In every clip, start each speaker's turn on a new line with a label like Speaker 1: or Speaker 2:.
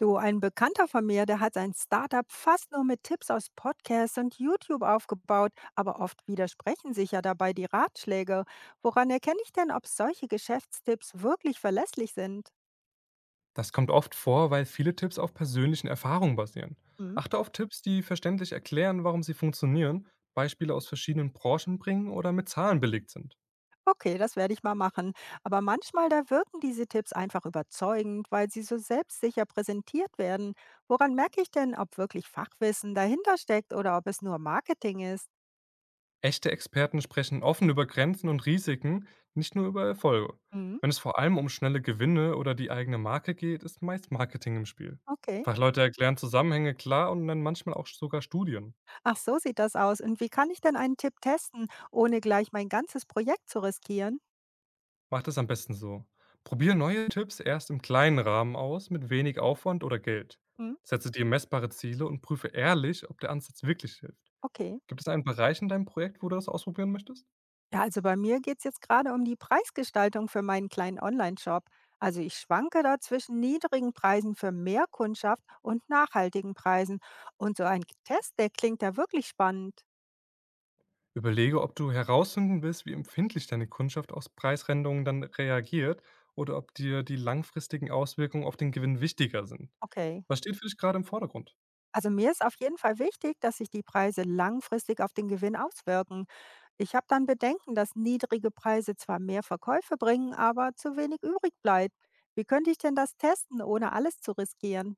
Speaker 1: Du, ein Bekannter von mir, der hat sein Startup fast nur mit Tipps aus Podcasts und YouTube aufgebaut, aber oft widersprechen sich ja dabei die Ratschläge. Woran erkenne ich denn, ob solche Geschäftstipps wirklich verlässlich sind?
Speaker 2: Das kommt oft vor, weil viele Tipps auf persönlichen Erfahrungen basieren.
Speaker 1: Hm,
Speaker 2: Achte auf Tipps, die verständlich erklären, warum sie funktionieren, Beispiele aus verschiedenen Branchen bringen oder mit Zahlen belegt sind.
Speaker 1: okay, das werde ich mal machen. Aber manchmal, da wirken diese Tipps einfach überzeugend, weil sie so selbstsicher präsentiert werden. Woran merke ich denn, ob wirklich Fachwissen dahinter steckt oder ob es nur Marketing ist?
Speaker 2: Echte Experten sprechen offen über Grenzen und Risiken, nicht nur über Erfolge.
Speaker 1: Hm,
Speaker 2: Wenn es vor allem um schnelle Gewinne oder die eigene Marke geht, ist meist Marketing im Spiel.
Speaker 1: okay.
Speaker 2: Fachleute erklären Zusammenhänge klar und nennen manchmal auch sogar Studien.
Speaker 1: Ach, so sieht das aus. Und wie kann ich denn einen Tipp testen, ohne gleich mein ganzes Projekt zu riskieren?
Speaker 2: Mach das am besten so. Probier neue Tipps erst im kleinen Rahmen aus, mit wenig Aufwand oder Geld.
Speaker 1: Hm,
Speaker 2: Setze dir messbare Ziele und prüfe ehrlich, ob der Ansatz wirklich hilft.
Speaker 1: okay.
Speaker 2: Gibt es einen Bereich in deinem Projekt, wo du das ausprobieren möchtest?
Speaker 1: Ja, also bei mir geht es jetzt gerade um die Preisgestaltung für meinen kleinen Online-Shop. Also ich schwanke da zwischen niedrigen Preisen für mehr Kundschaft und nachhaltigen Preisen. Und so ein Test, der klingt ja wirklich spannend.
Speaker 2: Überlege, ob du herausfinden willst, wie empfindlich deine Kundschaft auf Preisänderungen dann reagiert oder ob dir die langfristigen Auswirkungen auf den Gewinn wichtiger sind.
Speaker 1: Okay.
Speaker 2: Was steht für dich gerade im Vordergrund?
Speaker 1: Also mir ist auf jeden Fall wichtig, dass sich die Preise langfristig auf den Gewinn auswirken. Ich habe dann Bedenken, dass niedrige Preise zwar mehr Verkäufe bringen, aber zu wenig übrig bleibt. Wie könnte ich denn das testen, ohne alles zu riskieren?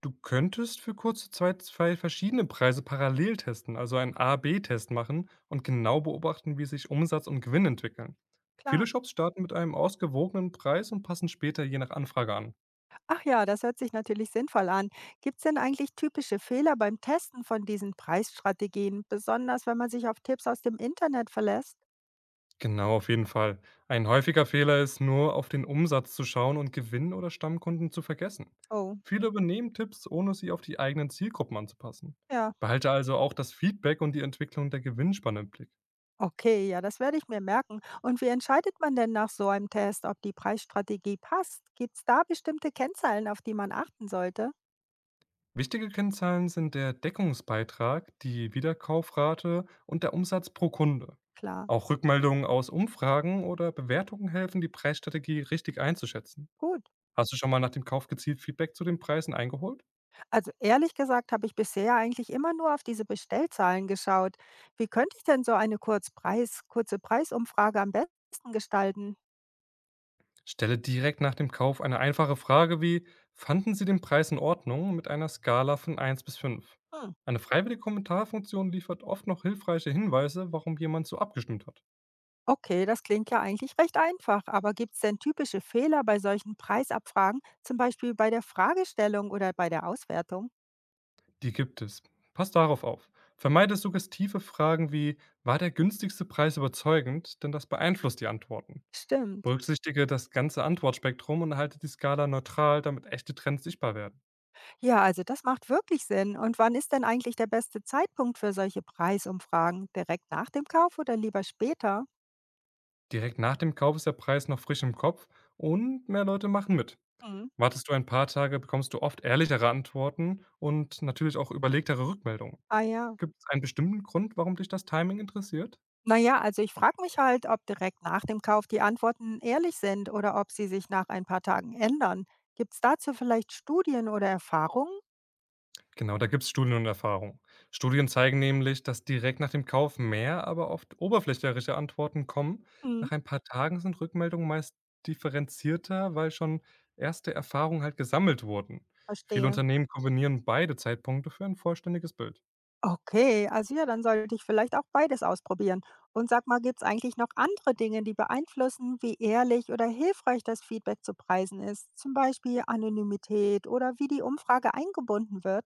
Speaker 2: Du könntest für kurze Zeit zwei verschiedene Preise parallel testen, also einen A-B-Test machen und genau beobachten, wie sich Umsatz und Gewinn entwickeln. Viele
Speaker 1: Klar.
Speaker 2: Shops starten mit einem ausgewogenen Preis und passen später je nach Anfrage an.
Speaker 1: Ach ja, das hört sich natürlich sinnvoll an. Gibt es denn eigentlich typische Fehler beim Testen von diesen Preisstrategien, besonders wenn man sich auf Tipps aus dem Internet verlässt?
Speaker 2: Genau, auf jeden Fall. Ein häufiger Fehler ist nur, auf den Umsatz zu schauen und Gewinn oder Stammkunden zu vergessen.
Speaker 1: Oh,
Speaker 2: Viele übernehmen Tipps, ohne sie auf die eigenen Zielgruppen anzupassen.
Speaker 1: ja.
Speaker 2: Behalte also auch das Feedback und die Entwicklung der Gewinnspanne im Blick.
Speaker 1: Okay, ja, das werde ich mir merken. Und wie entscheidet man denn nach so einem Test, ob die Preisstrategie passt? Gibt es da bestimmte Kennzahlen, auf die man achten sollte?
Speaker 2: Wichtige Kennzahlen sind der Deckungsbeitrag, die Wiederkaufrate und der Umsatz pro Kunde.
Speaker 1: Klar.
Speaker 2: Auch Rückmeldungen aus Umfragen oder Bewertungen helfen, die Preisstrategie richtig einzuschätzen.
Speaker 1: Gut.
Speaker 2: Hast du schon mal nach dem Kauf gezielt Feedback zu den Preisen eingeholt?
Speaker 1: Also ehrlich gesagt habe ich bisher eigentlich immer nur auf diese Bestellzahlen geschaut. Wie könnte ich denn so eine kurze Preisumfrage am besten gestalten?
Speaker 2: Stelle direkt nach dem Kauf eine einfache Frage wie, fanden Sie den Preis in Ordnung mit einer Skala von 1 bis 5?
Speaker 1: Hm,
Speaker 2: Eine freiwillige Kommentarfunktion liefert oft noch hilfreiche Hinweise, warum jemand so abgestimmt hat.
Speaker 1: okay, das klingt ja eigentlich recht einfach, aber gibt es denn typische Fehler bei solchen Preisabfragen, zum Beispiel bei der Fragestellung oder bei der Auswertung?
Speaker 2: Die gibt es. Pass darauf auf. Vermeide suggestive Fragen wie „War der günstigste Preis überzeugend?“, denn das beeinflusst die Antworten.
Speaker 1: Stimmt.
Speaker 2: Berücksichtige das ganze Antwortspektrum und halte die Skala neutral, damit echte Trends sichtbar werden.
Speaker 1: Ja, also das macht wirklich Sinn. Und wann ist denn eigentlich der beste Zeitpunkt für solche Preisumfragen? Direkt nach dem Kauf oder lieber später?
Speaker 2: Direkt nach dem Kauf ist der Preis noch frisch im Kopf und mehr Leute machen mit.
Speaker 1: Hm.
Speaker 2: Wartest du ein paar Tage, bekommst du oft ehrlichere Antworten und natürlich auch überlegtere Rückmeldungen.
Speaker 1: Ah ja.
Speaker 2: Gibt es einen bestimmten Grund, warum dich das Timing interessiert?
Speaker 1: Na ja, also ich frage mich halt, ob direkt nach dem Kauf die Antworten ehrlich sind oder ob sie sich nach ein paar Tagen ändern. Gibt es dazu vielleicht Studien oder Erfahrungen?
Speaker 2: Genau, da gibt's Studien und Erfahrungen. Studien zeigen nämlich, dass direkt nach dem Kauf mehr, aber oft oberflächliche Antworten kommen.
Speaker 1: Hm,
Speaker 2: Nach ein paar Tagen sind Rückmeldungen meist differenzierter, weil schon erste Erfahrungen halt gesammelt wurden. Viele
Speaker 1: verstehe.
Speaker 2: Unternehmen kombinieren beide Zeitpunkte für ein vollständiges Bild.
Speaker 1: Okay, also ja, dann sollte ich vielleicht auch beides ausprobieren. Und sag mal, gibt es eigentlich noch andere Dinge, die beeinflussen, wie ehrlich oder hilfreich das Feedback zu preisen ist? Zum Beispiel Anonymität oder wie die Umfrage eingebunden wird?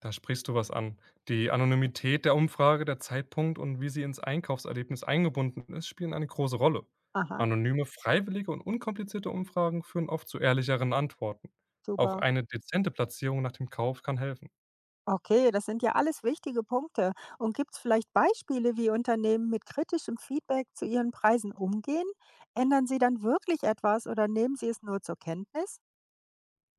Speaker 2: Da sprichst du was an. Die Anonymität der Umfrage, der Zeitpunkt und wie sie ins Einkaufserlebnis eingebunden ist, spielen eine große Rolle.
Speaker 1: Aha,
Speaker 2: Anonyme, freiwillige und unkomplizierte Umfragen führen oft zu ehrlicheren Antworten. Auch
Speaker 1: super.
Speaker 2: eine dezente Platzierung nach dem Kauf kann helfen.
Speaker 1: Okay, das sind ja alles wichtige Punkte. Und gibt es vielleicht Beispiele, wie Unternehmen mit kritischem Feedback zu ihren Preisen umgehen? Ändern sie dann wirklich etwas oder nehmen sie es nur zur Kenntnis?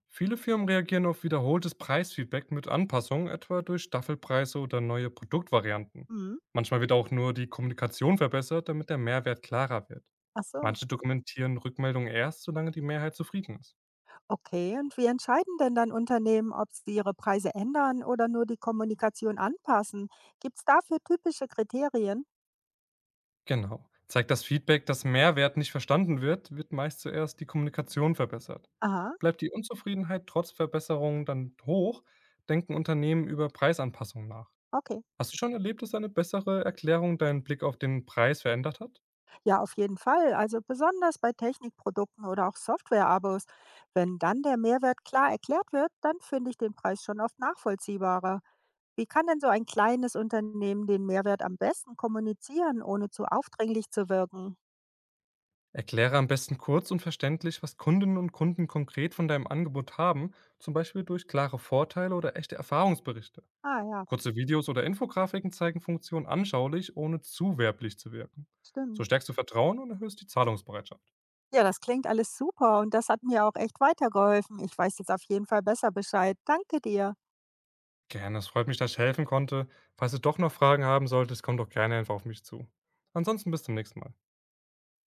Speaker 2: Viele Firmen reagieren auf wiederholtes Preisfeedback mit Anpassungen, etwa durch Staffelpreise oder neue Produktvarianten.
Speaker 1: Hm.
Speaker 2: Manchmal wird auch nur die Kommunikation verbessert, damit der Mehrwert klarer wird.
Speaker 1: Ach so.
Speaker 2: Manche dokumentieren Rückmeldungen erst, solange die Mehrheit zufrieden ist.
Speaker 1: Okay, und wie entscheiden denn dann Unternehmen, ob sie ihre Preise ändern oder nur die Kommunikation anpassen? Gibt es dafür typische Kriterien?
Speaker 2: Genau. Zeigt das Feedback, dass Mehrwert nicht verstanden wird, wird meist zuerst die Kommunikation verbessert.
Speaker 1: Aha,
Speaker 2: Bleibt die Unzufriedenheit trotz Verbesserungen dann hoch, denken Unternehmen über Preisanpassungen nach.
Speaker 1: okay.
Speaker 2: Hast du schon erlebt, dass eine bessere Erklärung deinen Blick auf den Preis verändert hat?
Speaker 1: Ja, auf jeden Fall. Also besonders bei Technikprodukten oder auch Software-Abos. Wenn dann der Mehrwert klar erklärt wird, dann finde ich den Preis schon oft nachvollziehbarer. Wie kann denn so ein kleines Unternehmen den Mehrwert am besten kommunizieren, ohne zu aufdringlich zu wirken?
Speaker 2: Erkläre am besten kurz und verständlich, was Kundinnen und Kunden konkret von deinem Angebot haben, zum Beispiel durch klare Vorteile oder echte Erfahrungsberichte.
Speaker 1: Ah ja,
Speaker 2: Kurze Videos oder Infografiken zeigen Funktionen anschaulich, ohne zu werblich zu wirken. So
Speaker 1: stimmt.
Speaker 2: stärkst du Vertrauen und erhöhst die Zahlungsbereitschaft.
Speaker 1: Ja, das klingt alles super und das hat mir auch echt weitergeholfen. Ich weiß jetzt auf jeden Fall besser Bescheid. Danke dir.
Speaker 2: Gerne, es freut mich, dass ich helfen konnte. Falls du doch noch Fragen haben solltest, komm doch gerne einfach auf mich zu. Ansonsten bis zum nächsten Mal.